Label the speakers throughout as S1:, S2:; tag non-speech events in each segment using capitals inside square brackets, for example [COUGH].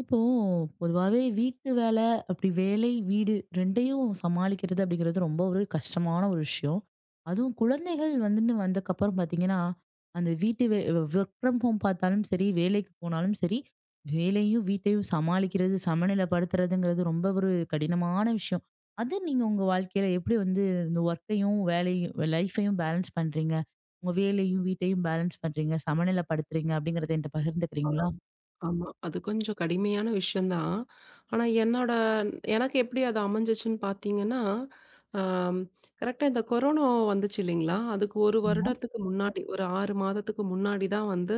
S1: இப்போ பொதுவாவே வீட்டு வேலை, அப்படி வேலை, வீடு 2யும் சமாளிக்கிறது அப்படிங்கிறது ரொம்ப ஒரு கஷ்டமான ஒரு விஷயம். அதுவும் குழந்தைகள் வந்துன்னு வந்தக்கப்புறம் பார்த்தீங்கன்னா, அந்த வீட்டு வே வொர்க் ஃப்ரம் ஹோம் பார்த்தாலும் சரி, வேலைக்கு போனாலும் சரி, வேலையும் வீட்டையும் சமாளிக்கிறது, சமநிலைப்படுத்துறதுங்கிறது ரொம்ப ஒரு கடினமான விஷயம். அது நீங்க உங்க வாழ்க்கையில எப்படி வந்து இந்த ஒர்க்கையும், வேலையும் லைஃப்பையும் பேலன்ஸ் பண்றீங்க? உங்க வேலையும், வீட்டையும் பேலன்ஸ் பண்றீங்க, சமநிலைப்படுத்துறீங்க அப்படிங்கிறத என்கிட்ட
S2: ஆ.
S1: பகிர்ந்துக்கிறீங்களா?
S2: ஆமா. அது கொஞ்சம் கடுமையான விஷயம் தான். ஆனா எனக்கு எப்படி அது அமைஞ்சிச்சுன்னு பார்த்தீங்கன்னா, அம் கரெக்ட்டா இந்த கொரோனா வந்துச்சு இல்லைங்களா? அதுக்கு 1
S1: ஆமா.
S2: வருடத்துக்கு முன்னாடி, ஒரு 6 மாதத்துக்கு முன்னாடி தான் வந்து,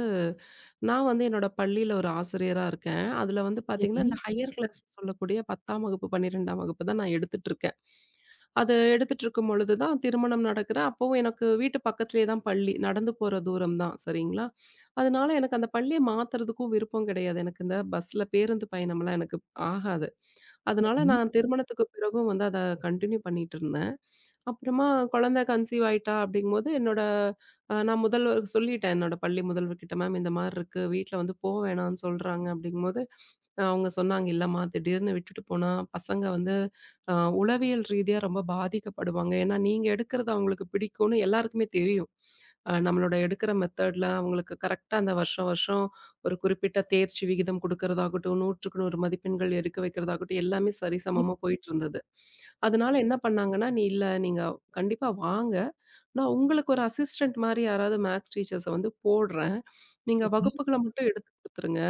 S2: நான் வந்து என்னோட பள்ளியில ஒரு ஆசிரியரா இருக்கேன். அதுல வந்து
S1: சரி,
S2: பார்த்தீங்கன்னா, இந்த ஹையர் கிளாஸ் சொல்லக்கூடிய 10ஆம் வகுப்பு, 12ஆம் வகுப்பு தான் நான் எடுத்துட்டுருக்கேன். அது எடுத்துட்டுருக்கும் பொழுது தான் திருமணம் நடக்குற அப்பவும் எனக்கு வீட்டு பக்கத்திலேயே தான் பள்ளி. நடந்து போற தூரம் தான். சரிங்களா? அதனால எனக்கு அந்த பள்ளிய மாத்துறதுக்கும் விருப்பம் கிடையாது. எனக்கு இந்த பஸ்ல பேருந்து பயணம்லாம் எனக்கு ஆகாது. அதனால
S1: சரி.
S2: நான் திருமணத்துக்கு பிறகும் வந்து அத கன்டின்யூ பண்ணிட்டுருந்தேன். அப்புறமா குழந்தை கன்சீவ் ஆயிட்டா அப்படிங்கும்போது என்னோட நான் முதல்வருக்கு சொல்லிட்டேன். என்னோட பள்ளி முதல்வர்கிட்ட, மேம் இந்த மாரி இருக்கு. வீட்ல வந்து போ வேணான்னு சொல்றாங்க அப்படிங்கும்போது, அவங்க சொன்னாங்க, "இல்லம்மா திடீர்னு விட்டுட்டு போனா பசங்க வந்து அ உளவியல் ரீதியா ரொம்ப பாதிக்கப்படுவாங்க. ஏன்னா நீங்க எடுக்கிறது அவங்களுக்கு பிடிக்கும்னு எல்லாருக்குமே தெரியும். நம்மளோட எடுக்கிற மெத்தட்ல அவங்களுக்கு கரெக்ட்டா அந்த வருஷம் வருஷம் ஒரு குறிப்பிட்ட தேர்ச்சி விகிதம் குடுக்கறதாகட்டும், 100க்கு 100 மதிப்பெண்கள் எடுக்க வைக்கிறதாகட்டும் எல்லாமே
S1: ம்,
S2: சரிசமமா போயிட்டு இருந்தது. அதனால என்ன பண்ணாங்கன்னா, "நீ இல்ல நீங்க கண்டிப்பா வாங்க. நான் உங்களுக்கு ஒரு அசிஸ்டன்ட் மாரி யாராவது மேத்ஸ் டீச்சர்ஸ வந்து போடுறேன். நீங்க
S1: சரி.
S2: வகுப்புகள மட்டும் எடுத்து குடுத்துருங்க.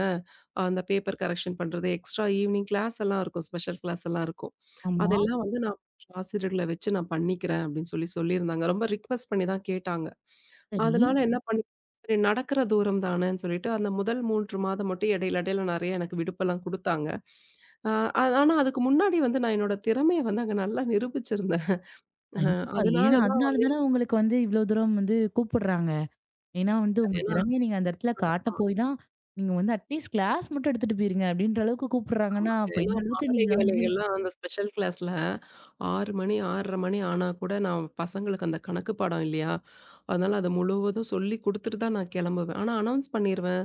S2: அந்த பேப்பர் கரெக்ஷன் பண்றது, எக்ஸ்ட்ரா ஈவ்னிங் கிளாஸ் எல்லாம் இருக்கும். ஸ்பெஷல் கிளாஸ் எல்லாம் இருக்கும்.
S1: ஆமா.
S2: அதெல்லாம் வந்து நான் ஆசிரியர்கள வச்சு நான் பண்ணிக்கிறேன் அப்படின்னு சொல்லி சொல்லியிருந்தாங்க. ரொம்ப ரிக்வெஸ்ட் பண்ணி தான் கேட்டாங்க.
S1: சரி.
S2: அதனால என்ன பண்ணி சரி நடக்கிற தூரம் தானேன்னு சொல்லிட்டு, அந்த முதல் 3 மாதம் மட்டும் இடையில இடையில நெறைய எனக்கு விடுப்பெல்லாம் குடுத்தாங்க. அ ஆனா அதுக்கு முன்னாடி வந்து நான் என்னோட திறமைய வந்து அங்க நல்லா நிரூபிச்சிருந்தேன். அ
S1: கண்டிப்பா.
S2: அதனால
S1: ஏன்னா,
S2: தான்
S1: அதனால தானே உங்களுக்கு வந்து இவ்ளோ தூரம் வந்து கூப்பிடுறாங்க. ஏன்னா வந்து உங்க
S2: ஏன்னா
S1: திறமைய நீங்க அந்த இடத்துல காட்ட போய் தான், நீங்க வந்து அட்லீஸ்ட் கிளாஸ் மட்டும் எடுத்துட்டு போயிருங்க அப்படின்ற அளவுக்கு கூப்பிடுறாங்கன்னா, அப்ப
S2: ஏன்னா,
S1: இந்த அளவுக்கு
S2: மாலை
S1: நீங்க வந்து
S2: வேளைகள்லாம் அந்த ஸ்பெஷல் கிளாஸ்ல 6 மணி, 6:30 மணி ஆனா கூட நான் பசங்களுக்கு அந்த கணக்கு பாடம் இல்லையா? அதனால அது முழுவதும் சொல்லி குடுத்துட்டு தான் நான் கிளம்புவேன். ஆனா அனௌன்ஸ் பண்ணிருவேன்.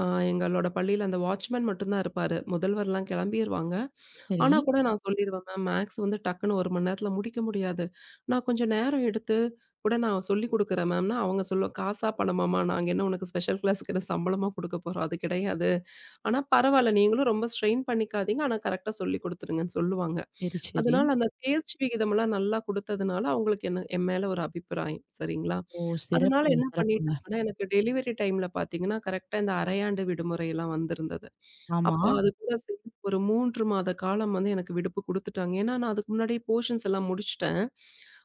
S2: அ எங்களோட பள்ளியில அந்த வாட்ச்மேன் மட்டும் தான் இருப்பாரு. முதல்வர்லாம் கிளம்பிருவாங்க.
S1: சரி.
S2: ஆனா கூட நான் சொல்லிருவேன், மேம் மேக்ஸ் வந்து டக்குன்னு 1 மணி நேரத்துல முடிக்க முடியாது. நான் கொஞ்சம் நேரம் எடுத்து கூட நான் சொல்லிக் குடுக்குறேன் மேம்ன்னா, அவங்க சொல்லும், "காசா பணமாம்மா? நாங்க என்ன உனக்கு ஸ்பெஷல் கிளாஸ்க்கு என்ன சம்பளமா குடுக்க போறோம்? அது கிடையாது. ஆனா பரவால்ல. நீங்களும் ரொம்ப ஸ்ட்ரெயின் பண்ணிக்காதீங்க. ஆனா கரெக்ட்டா சொல்லிக் குடுத்துருங்கன்னு சொல்லுவாங்க.
S1: சரி, சரி.
S2: அதனால அந்த தேர்ச்சி விகிதம்லாம் நல்லா குடுத்ததுனால, அவங்களுக்கு என்ன என் மேல ஒரு அபிப்பிராயம். சரிங்களா?
S1: ஓ!
S2: அதனால
S1: சிறப்புங்க,
S2: என்ன
S1: சிறப்புங்க.
S2: பண்ணிட்டாங்கன்னா, எனக்கு டெலிவரி டைம்ல பார்த்தீங்கன்னா, கரெக்ட்டா இந்த அரையாண்டு விடுமுறைலாம் வந்திருந்தது.
S1: ஆமா.
S2: அப்ப அது கூட சேர்ந்து ஒரு 3 மாத காலம் வந்து எனக்கு விடுப்பு குடுத்துட்டாங்க. ஏன்னா, நான் அதுக்கு முன்னாடியே போர்ஷன்ஸ் எல்லாம் முடிச்சுட்டேன்.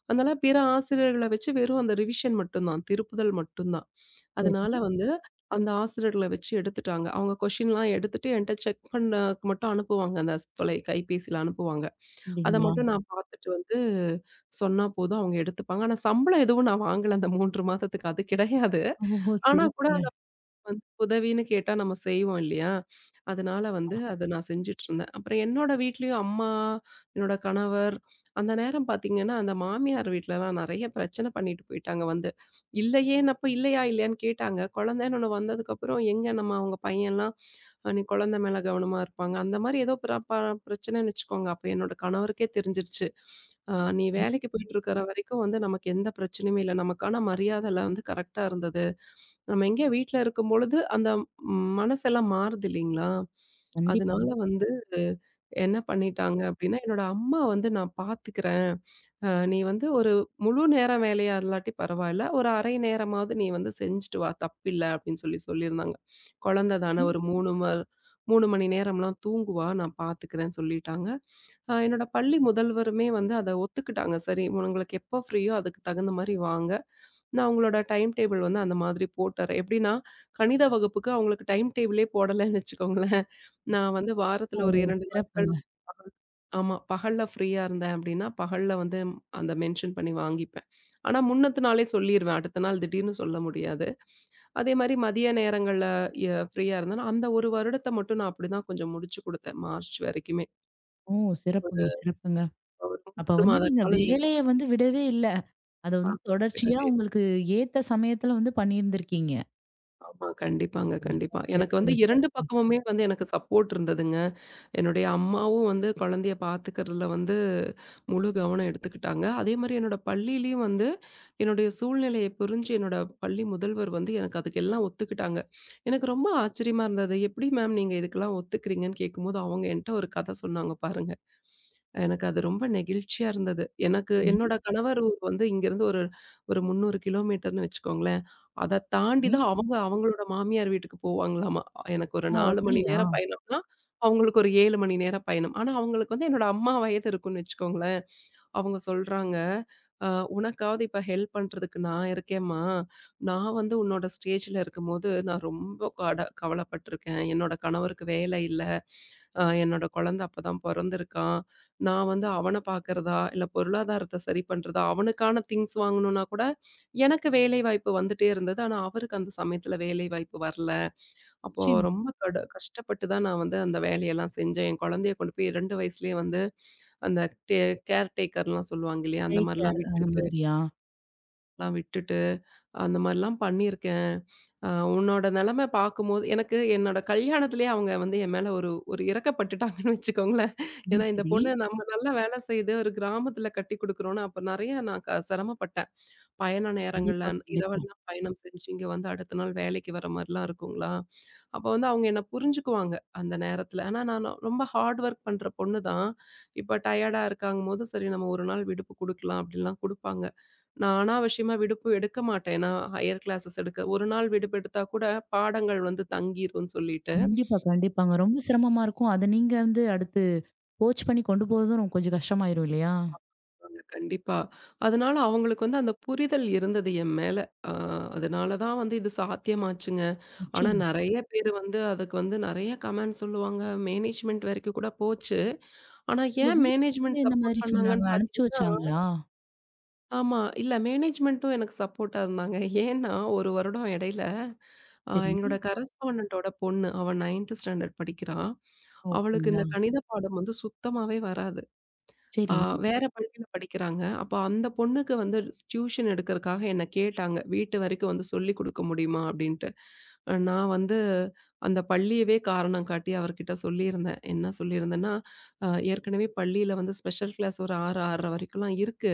S2: அதனால பிற ஆசிரியர்கள வச்சு வெறும் அந்த ரிவிஷன் மட்டும் தான், திருப்புதல் மட்டும் தான். அதனால
S1: சரி.
S2: வந்து அந்த ஆசிரியர்கள வச்சு எடுத்துட்டாங்க. அவங்க கொஸ்டின்லாம் எடுத்துட்டு என்ட்ட செக் பண்ணக்கு மட்டும் அனுப்புவாங்க. அந்த தொலை கைபேசியில அனுப்புவாங்க. அத
S1: அப்படிங்களா?
S2: மட்டும் நான் பார்த்துட்டு வந்து சொன்னா போதும் அவங்க எடுத்துப்பாங்க. ஆனா சம்பளம் எதுவும் நான் வாங்கல அந்த 3 மாதத்துக்கு அது கிடையாது.
S1: ஓஹோ!
S2: ஆனா கூட
S1: சிறப்புங்க.
S2: அது வந்து உதவின்னு கேட்டா நம்ம செய்வோம் இல்லையா? அதனால வந்து அத நான் செஞ்சுட்டுருந்தேன். அப்புறம் என்னோட வீட்லயும் அம்மா, என்னோட கணவர் அந்த நேரம் பார்த்தீங்கன்னா, அந்த மாமியார் வீட்லலாம் நெறைய பிரச்சனை பண்ணிட்டு போயிட்டாங்க வந்து. இல்லையேன்னப்ப இல்லையா, இல்லையான்னு கேட்டாங்க. குழந்தைன்னு ஒண்ணு வந்ததுக்கப்புறம் எங்க நம்ம அவங்க பையன்லாம் நீ குழந்தை மேல கவனமா இருப்பாங்க. அந்த மாரி ஏதோ பிரச்சனைன்னு வச்சுக்கோங்க. அப்ப என்னோட கணவருக்கே தெரிஞ்சிருச்சு. அ "நீ
S1: ம்.
S2: வேலைக்கு போயிட்டுருக்கிற வரைக்கும் வந்து நமக்கு எந்த பிரச்சனையுமே இல்ல. நமக்கான மரியாதைலாம் வந்து கரெக்ட்டா இருந்தது. நம்ம எங்கேயோ வீட்ல இருக்கும்பொழுது அந்த மனசெல்லாம் மாறுது இல்லைங்களா?
S1: கண்டிப்பா.
S2: அதனால வந்து என்ன பண்ணிட்டாங்க அப்படின்னா, என்னோட அம்மா வந்து நான் பார்த்துக்கிறேன்." நீ வந்து ஒரு முழு நேர வேலையா இல்லாட்டி பரவாயில்ல. ஒரு அரை நேரமாவது நீ வந்து செஞ்சுட்டு வா தப்பில்ல அப்படின்னு சொல்லி சொல்லியிருந்தாங்க. குழந்தை தானே
S1: ம்.
S2: ஒரு 3 ம 3 மணி நேரம்லாம் தூங்குவா நான் பார்த்துக்கிறேன்னு சொல்லிட்டாங்க. என்னோட பள்ளி முதல்வருமே வந்து அத ஒத்துக்கிட்டாங்க. சரி உங்களுக்கு எப்போ ஃப்ரீயோ அதுக்கு தகுந்த மாரி வாங்க. நான் உங்களோட டைம் டேபிள் வந்து அந்த மாதிரி போட்டுறேன். எப்படின்னா கணித வகுப்புக்கு அவங்களுக்கு டைம் டேபிளே போடலன்னு வச்சுக்கோங்களேன். நான் வந்து
S1: ஓ!
S2: வாரத்துல ஒரு 2 நாட்கள்
S1: சிறப்புங்க.
S2: ஆமா. பகல்ல ஃப்ரீயா இருந்தேன் அப்டின்னா, பகல்ல வந்து அந்த மென்ஷன் பண்ணி வாங்கிப்பேன். ஆனா, முன்னத்து நாளே சொல்லிருவேன். அடுத்த நாள் திடீர்னு சொல்ல முடியாது. அதே மாரி மதிய நேரங்கள்ல ஃப்ரீயா இருந்தேன்னா, அந்த 1 வருடத்த மட்டும் நான் அப்டிதான் கொஞ்சம் முடிச்சு குடுத்தேன். மார்ச் வரைக்குமே.
S1: ஓ!
S2: ஒரு
S1: சிறப்புங்க, சிறப்புங்க.
S2: ஒரு
S1: அப்ப
S2: 3
S1: வந்து
S2: மாத
S1: நீங்க
S2: காலம் எனக்கு
S1: வேலைய வந்து விடவே இல்ல. அத
S2: ஆ
S1: வந்து தொடர்ச்சியா
S2: விடவே இல்ல.
S1: உங்களுக்கு ஏத்த சமயத்துல வந்து பண்ணியிருந்திருக்கீங்க.
S2: ஆமா. கண்டிப்பாங்க,
S1: கண்டிப்பா.
S2: கண்டிப்பா. எனக்கு வந்து
S1: சிறப்புங்க,
S2: 2
S1: சிறப்புங்க.
S2: பக்கமுமே வந்து எனக்கு சப்போர்ட் இருந்ததுங்க. என்னுடைய அம்மாவும் வந்து குழந்தைய பார்த்துக்கிறதுல வந்து முழு கவனம் எடுத்துக்கிட்டாங்க. அதேமாரி என்னோட பள்ளியிலயும் வந்து என்னுடைய சூழ்நிலைய புரிஞ்சு என்னோட பள்ளி முதல்வர் வந்து எனக்கு அதுக்கெல்லாம் ஒத்துக்கிட்டாங்க. எனக்கு ரொம்ப ஆச்சரியமா இருந்தது. "எப்படி மேம் நீங்க இதுக்கெல்லாம் ஒத்துக்கிறீங்கன்னு?" கேட்கும்போது அவங்க என்ட்ட ஒரு கதை சொன்னாங்க பாருங்க. எனக்கு அது ரொம்ப நெகிழ்ச்சியா இருந்தது. எனக்கு
S1: சரி,
S2: என்னோட கணவர் ஊர் வந்து இங்கேருந்து ஒரு ஒரு 300 கிலோமீட்டர்ன்னு வச்சுக்கோங்களேன். அத தாண்டி
S1: சரி.
S2: தான் அவங்க அவங்களோட மாமியார் வீட்டுக்கு போவாங்களாமா. எனக்கு ஒரு
S1: ஓ!
S2: 4 மணி
S1: அப்படியா?
S2: நேரம் பயணம்னா அவங்களுக்கு ஒரு 7 மணி நேரம் பயணம். ஆனா, அவங்களுக்கு வந்து என்னோட அம்மா வயது இருக்குன்னு வச்சுக்கோங்களேன். அவங்க சொல்றாங்க, "அ "உனக்காவது இப்ப ஹெல்ப் பண்றதுக்கு நான் இருக்கேம்மா. நான் வந்து உன்னோட ஸ்டேஜ்ல இருக்கும்போது நான் ரொம்ப கவலைப்பட்டுருக்கேன். என்னோட கணவருக்கு வேலை இல்ல. என்னோட குழந்தை அப்பதான் பொறந்திருக்கான். நான் வந்து அவன பார்க்கிறதா, இல்ல பொருளாதாரத்த சரி பண்றதா, அவனுக்கான திங்ஸ் வாங்கணும்னா கூட எனக்கு வேலை வாய்ப்பு வந்துட்டே இருந்தது. ஆனா, அவருக்கு அந்த சமயத்துல வேலை வாய்ப்பு வரல. அப்போ
S1: நிச்சயமா.
S2: ரொம்ப கஷ்டப்பட்டு தான் நான் வந்து அந்த வேலையெல்லாம் செஞ்சேன். என் குழந்தைய கொண்டு போய் 2 வயசுலயே வந்து அந்த டே கேர் டேக்கர்லாம் சொல்லுவாங்க இல்லையா?
S1: டே
S2: அந்த மாரிலாம்
S1: கேர் அந்த
S2: விட்டுட்டு
S1: மாதிரியா?
S2: எல்லாம் விட்டுட்டு அந்த மாரிலாம் பண்ணியிருக்கேன். அ உன்னோட நெலைமை பார்க்கும்போது எனக்கு என்னோட கல்யாணத்திலேயே அவங்க வந்து என் மேல ஒரு ஒரு இரக்கப்பட்டுட்டாங்கன்னு வச்சுக்கோங்களேன். ஏன்னா
S1: ம்.
S2: இந்த
S1: சரி.
S2: பொண்ணு நம்ம நல்லா வேலை செய்து ஒரு கிராமத்தில கட்டி குடுக்குறோம்னு அப்ப நெறைய நான் சிரமப்பட்டேன். பயண நேரங்கள்ல
S1: கண்டிப்பா, கண்டிப்பா.
S2: இரவெல்லாம் பயணம் செஞ்சு இங்க வந்து அடுத்த நாள் வேலைக்கு வர மாரிலாம் இருக்குங்களா? அப்ப வந்து அவங்க என்ன புரிஞ்சுக்குவாங்க அந்த நேரத்துல. ஆனா நான் ரொம்ப ஹார்ட் ஒர்க் பண்ற பொண்ணு தான். இப்ப டயர்டா இருக்காங்கும்போது, சரி நம்ம ஒரு நாள் விடுப்பு குடுக்கலாம் அப்படிலாம் குடுப்பாங்க. நான் அனாவசியமா விடுப்பு எடுக்க மாட்டேன். ஏன்னா ஹையர் கிளாஸஸ் எடுக்க ஒரு நாள் விடுப்பு எடுத்தா கூட பாடங்கள் வந்து தங்கிரும்னு சொல்லிட்டு.
S1: கண்டிப்பா, கண்டிப்பாங்க. ரொம்ப சிரமமா இருக்கும். அத நீங்க வந்து அடுத்து கோச் பண்ணி கொண்டு போறதும் ரொம்ப கொஞ்சம் கஷ்டமாயிரும் இல்லையா?
S2: கண்டிப்பாங்க, கண்டிப்பா. அதனால அவங்களுக்கு வந்து அந்த புரிதல் இருந்தது என் மேல. அ அதனால தான் வந்து இது சாத்தியமாச்சுங்க. ஆனா
S1: நிச்சயமா.
S2: நெறைய பேர் வந்து அதுக்கு வந்து நெறைய கமெண்ட் சொல்லுவாங்க. மேனேஜ்மென்ட் வரைக்கும் கூட போச்சு. ஆனா
S1: உங்க
S2: ஏன்
S1: வீட்ல வந்து
S2: மேனேஜ்மென்ட்
S1: என்ன
S2: சப்போர்ட்
S1: மாதிரி சொன்னாங்க?
S2: பண்ணாங்கன்னு
S1: அனுப்பிச்சு
S2: பார்த்தீங்கன்னா
S1: வச்சாங்களா?
S2: ஆமா. இல்ல மேனேஜ்மென்ட்டும் எனக்கு சப்போர்ட்டா இருந்தாங்க. ஏன்னா ஒரு வருடம் இடையில
S1: சரி.
S2: எங்களோட கரஸ்பாண்டன்ட்டோட பொண்ணு அவ 9த் ஸ்டாண்டர்ட் படிக்கிறா.
S1: ஓ!
S2: அவளுக்கு
S1: அப்படிங்களா?
S2: இந்த கணித பாடம் வந்து சுத்தமாவே வராது. ஆ
S1: சரி.
S2: வேற பள்ளியில படிக்கிறாங்க. அப்ப அந்த பொண்ணுக்கு வந்து டியூஷன் எடுக்கறக்காக என்ன கேட்டாங்க. வீட்டு வரைக்கும் வந்து சொல்லிக் குடுக்க முடியுமா? அப்படின்ட்டு. நான் வந்து அந்த பள்ளியவே காரணம் காட்டி அவர்கிட்ட சொல்லியிருந்தேன். என்ன சொல்லியிருந்தேன்னா, அ ஏற்கனவே பள்ளியில வந்து ஸ்பெஷல் கிளாஸ் ஒரு 6, 6:30 வரைக்கும்லாம் இருக்கு.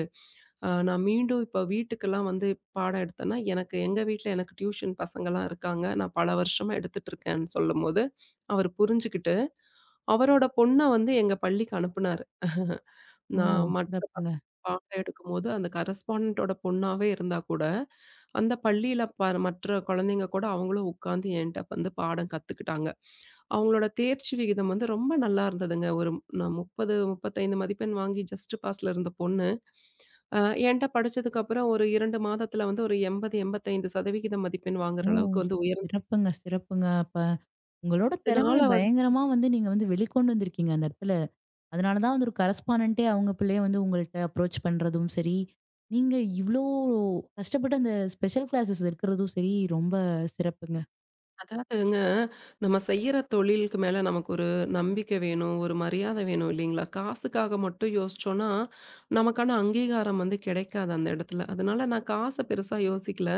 S2: நான் மீண்டும் இப்ப வீட்டுக்கெல்லாம் வந்து பாடம் எடுத்தேன்னா, எனக்கு எங்க வீட்ல எனக்கு டியூஷன் பசங்கலாம் இருக்காங்க. நான் பல வருஷமா எடுத்துட்டு இருக்கேன்னு சொல்லும்போது, அவர் புரிஞ்சுகிட்டு அவரோட பொண்ண வந்து எங்க பள்ளிக்கு அனுப்புனாரு. [LAUGHS]
S1: ஓ!
S2: நான் மற்ற பசங்க
S1: சிறப்புங்க.
S2: பாடம் எடுக்கும்போது, அந்த கரஸ்பாண்டன்ட்டோட பொண்ணாவே இருந்தா கூட, அந்த பள்ளியில மற்ற குழந்தைங்க கூட அவங்களும் உட்காந்து என்ட்ட வந்து பாடம் கத்துக்கிட்டாங்க. அவங்களோட தேர்ச்சி விகிதம் வந்து ரொம்ப நல்லா இருந்ததுங்க. நான் 30, 35 மதிப்பெண் வாங்கி ஜஸ்ட் பாஸ்ல இருந்த பொண்ணு, அ என்ட்ட படிச்சதுக்கப்புறம் ஒரு 2 மாதத்துல வந்து ஒரு 80, 85% சதவிகித மதிப்பெண் வாங்குற
S1: ஓ!
S2: அளவுக்கு வந்து
S1: சிறப்புங்க, சிறப்புங்க. அப்ப உங்களோட திறமைய
S2: உயர்ந்ததுனால
S1: பயங்கரமா வந்து நீங்க வந்து வெளிக்கொண்டு வந்திருக்கீங்க அந்த இடத்துல. அதனால தான் வந்து ஒரு கரஸ்பாண்டன்ட்டே அவங்க பிள்ளைய வந்து உங்கள்ட்ட அப்ரோச் பண்றதும் சரி, நீங்க இவ்ளோ கஷ்டப்பட்டு அந்த ஸ்பெஷல் கிளாஸஸ் எடுக்கிறதும் சரி, ரொம்ப சிறப்புங்க.
S2: அதாவதுங்க, நம்ம செய்யற தொழிலுக்கு மேல நமக்கு ஒரு நம்பிக்கை வேணும், ஒரு மரியாதை வேணும் இல்லைங்களா? காசுக்காக மட்டும் யோசிச்சோம்னா, நமக்கான அங்கீகாரம் வந்து கிடைக்காது அந்த இடத்துல. அதனால நான் காச பெருசா யோசிக்கல.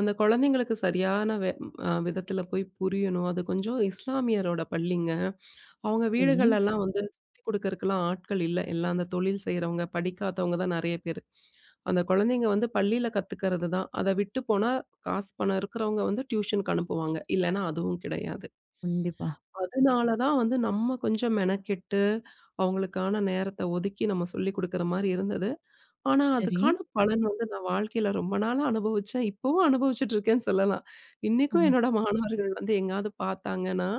S2: அந்த குழந்தைங்களுக்கு சரியான வே அ விதத்துல போய் புரியணும். அது கொஞ்சம் இஸ்லாமியரோட பள்ளிங்க. அவங்க
S1: சரி.
S2: வீடுகள்லலாம் வந்து சொல்லிக் குடுக்கறதுக்கெல்லாம் ஆட்கள் இல்ல. எல்லாம் அந்த தொழில் செய்றவங்க, படிக்காதவங்க தான் நெறைய பேரு. அந்த குழந்தைங்க வந்து பள்ளியில கத்துக்கிறது தான். அத விட்டு போனா காசு பணம் இருக்கிறவங்க வந்து டியூஷனுக்கு அனுப்புவாங்க. இல்லன்னா அதுவும் கிடையாது.
S1: கண்டிப்பா.
S2: அதனால தான் வந்து நம்ம கொஞ்சம் மெனக்கெட்டு, அவங்களுக்கான நேரத்த ஒதுக்கி நம்ம சொல்லிக் குடுக்குற மாரி இருந்தது. ஆனா,
S1: சரி.
S2: அதுக்கான பலன் வந்து நான் வாழ்க்கையில ரொம்ப நாளா அனுபவிச்சேன். இப்பவும் அனுபவிச்சுட்டு இருக்கேன்னு சொல்லலாம். இன்னைக்கும்
S1: ம்.
S2: என்னோட மாணவர்கள் வந்து எங்கேயாவது பார்த்தாங்கன்னா,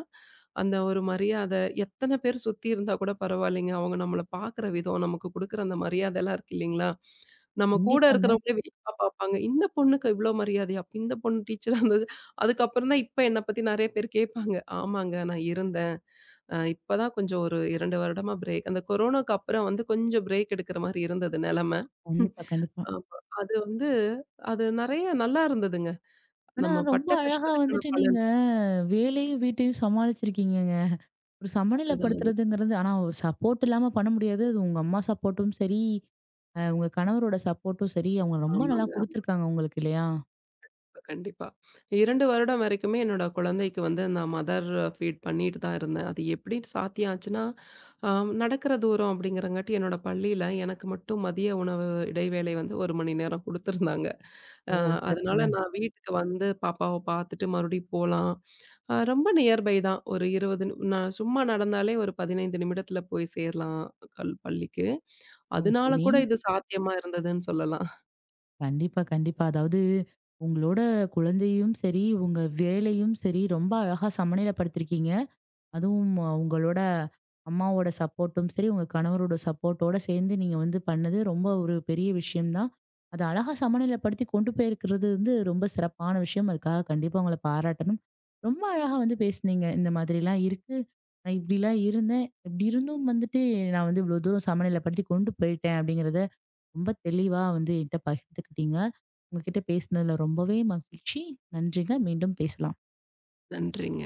S2: அந்த ஒரு மரியாதை எத்தன பேர் சுத்தி இருந்தா கூட பரவாயில்லைங்க. அவங்க நம்மள பார்க்குற விதம், நமக்கு குடுக்குற அந்த மரியாதைலாம் இருக்கு இல்லைங்களா? நம்ம கூட
S1: கண்டிப்பாங்க.
S2: இருக்கிறவங்களே வியப்பா பார்ப்பாங்க. இந்த பொண்ணுக்கு இவ்ளோ மரியாதையா? இந்த பொண்ணு டீச்சரா இருந்தது. அதுக்கப்புறம் தான் இப்ப என்ன பத்தி நெறைய பேர் கேட்பாங்க. ஆமாங்க நான் இருந்தேன். இப்பதான் கொஞ்சம் ஒரு 2 வருடமா பிரேக். அந்த கொரோனாக்கு அப்புறம் வந்து கொஞ்சம் பிரேக் எடுக்கிற மாரி இருந்தது நெலைமை.
S1: கண்டிப்பா, கண்டிப்பா.
S2: ஆமா. அது வந்து அது நெறைய நல்லா இருந்ததுங்க.
S1: ஆனா,
S2: நம்ம
S1: ரொம்ப
S2: பட்ட
S1: அழகா
S2: கஷ்டத்துக்கான
S1: வந்துட்டு நீங்க
S2: பலன்
S1: வேலையும், வீட்டையும் சமாளிச்சிருக்கீங்க. ஒரு
S2: அதுதான் அது.
S1: சமநிலைப்படுத்துறதுங்கிறது ஆனா சப்போர்ட் இல்லாம பண்ண முடியாது. அது உங்க அம்மா சப்போர்ட்டும் சரி, உங்க கணவரோட சப்போர்ட்டும் சரி, அவங்க ரொம்ப நல்லா
S2: ஆமாங்க.
S1: குடுத்துருக்காங்க உங்களுக்கு இல்லையா?
S2: கண்டிப்பா. 2 வருடம் வரைக்குமே என்னோட குழந்தைக்கு வந்து நான் மதர் ஃபீட் பண்ணிட்டு தான் இருந்தேன். அது எப்படி சாத்தியம் ஆச்சுன்னா, அ நடக்கிற தூரம் அப்படிங்கிறங்காட்டி என்னோட பள்ளியில எனக்கு மட்டும் மதிய உணவு இடைவேளை வந்து 1 மணி நேரம் குடுத்துருந்தாங்க. அ
S1: ஓ!
S2: அதனால
S1: சிறப்புங்க.
S2: நான் வீட்டுக்கு வந்து பாப்பாவ பார்த்துட்டு மறுபடியும் போலாம். ரொம்ப நியர்பை தான். ஒரு 20 நிம் நான் சும்மா நடந்தாலே ஒரு 15 நிமிடத்துல போய் சேரலாம் பள்ளிக்கு.
S1: ஓ!
S2: அதனால
S1: சரி.
S2: கூட இது சாத்தியமா இருந்ததுன்னு சொல்லலாம்.
S1: கண்டிப்பா, கண்டிப்பா. அதாவது உங்களோட குழந்தையும் சரி, உங்க வேலையும் சரி, ரொம்ப அழகா சமநிலைப்படுத்திருக்கீங்க. அதுவும் உங்களோட அம்மாவோட சப்போர்ட்டும் சரி, உங்க கணவரோட சப்போர்ட்டோட சேர்ந்து நீங்க வந்து பண்ணது ரொம்ப ஒரு பெரிய விஷயம் தான். அத அழகா சமநிலைப்படுத்தி கொண்டு போயிருக்கிறது வந்து ரொம்ப சிறப்பான விஷயம். அதுக்காக கண்டிப்பா உங்கள பாராட்டணும். ரொம்ப அழகா வந்து பேசுனீங்க. இந்த மாதிரிலாம் இருக்கு. நான் இப்படிலாம் இருந்தேன். இப்படி இருந்தும் வந்துட்டு நான் வந்து இவ்வளோ தூரம் சமநிலைப்படுத்தி கொண்டு போயிட்டேன் அப்படிங்கிறத ரொம்ப தெளிவா வந்து என்கிட்ட பகிர்ந்துக்கிட்டீங்க. உங்ககிட்ட பேசினதுல ரொம்பவே மகிழ்ச்சி. நன்றிங்க. மீண்டும் பேசலாம்.
S2: நன்றிங்க.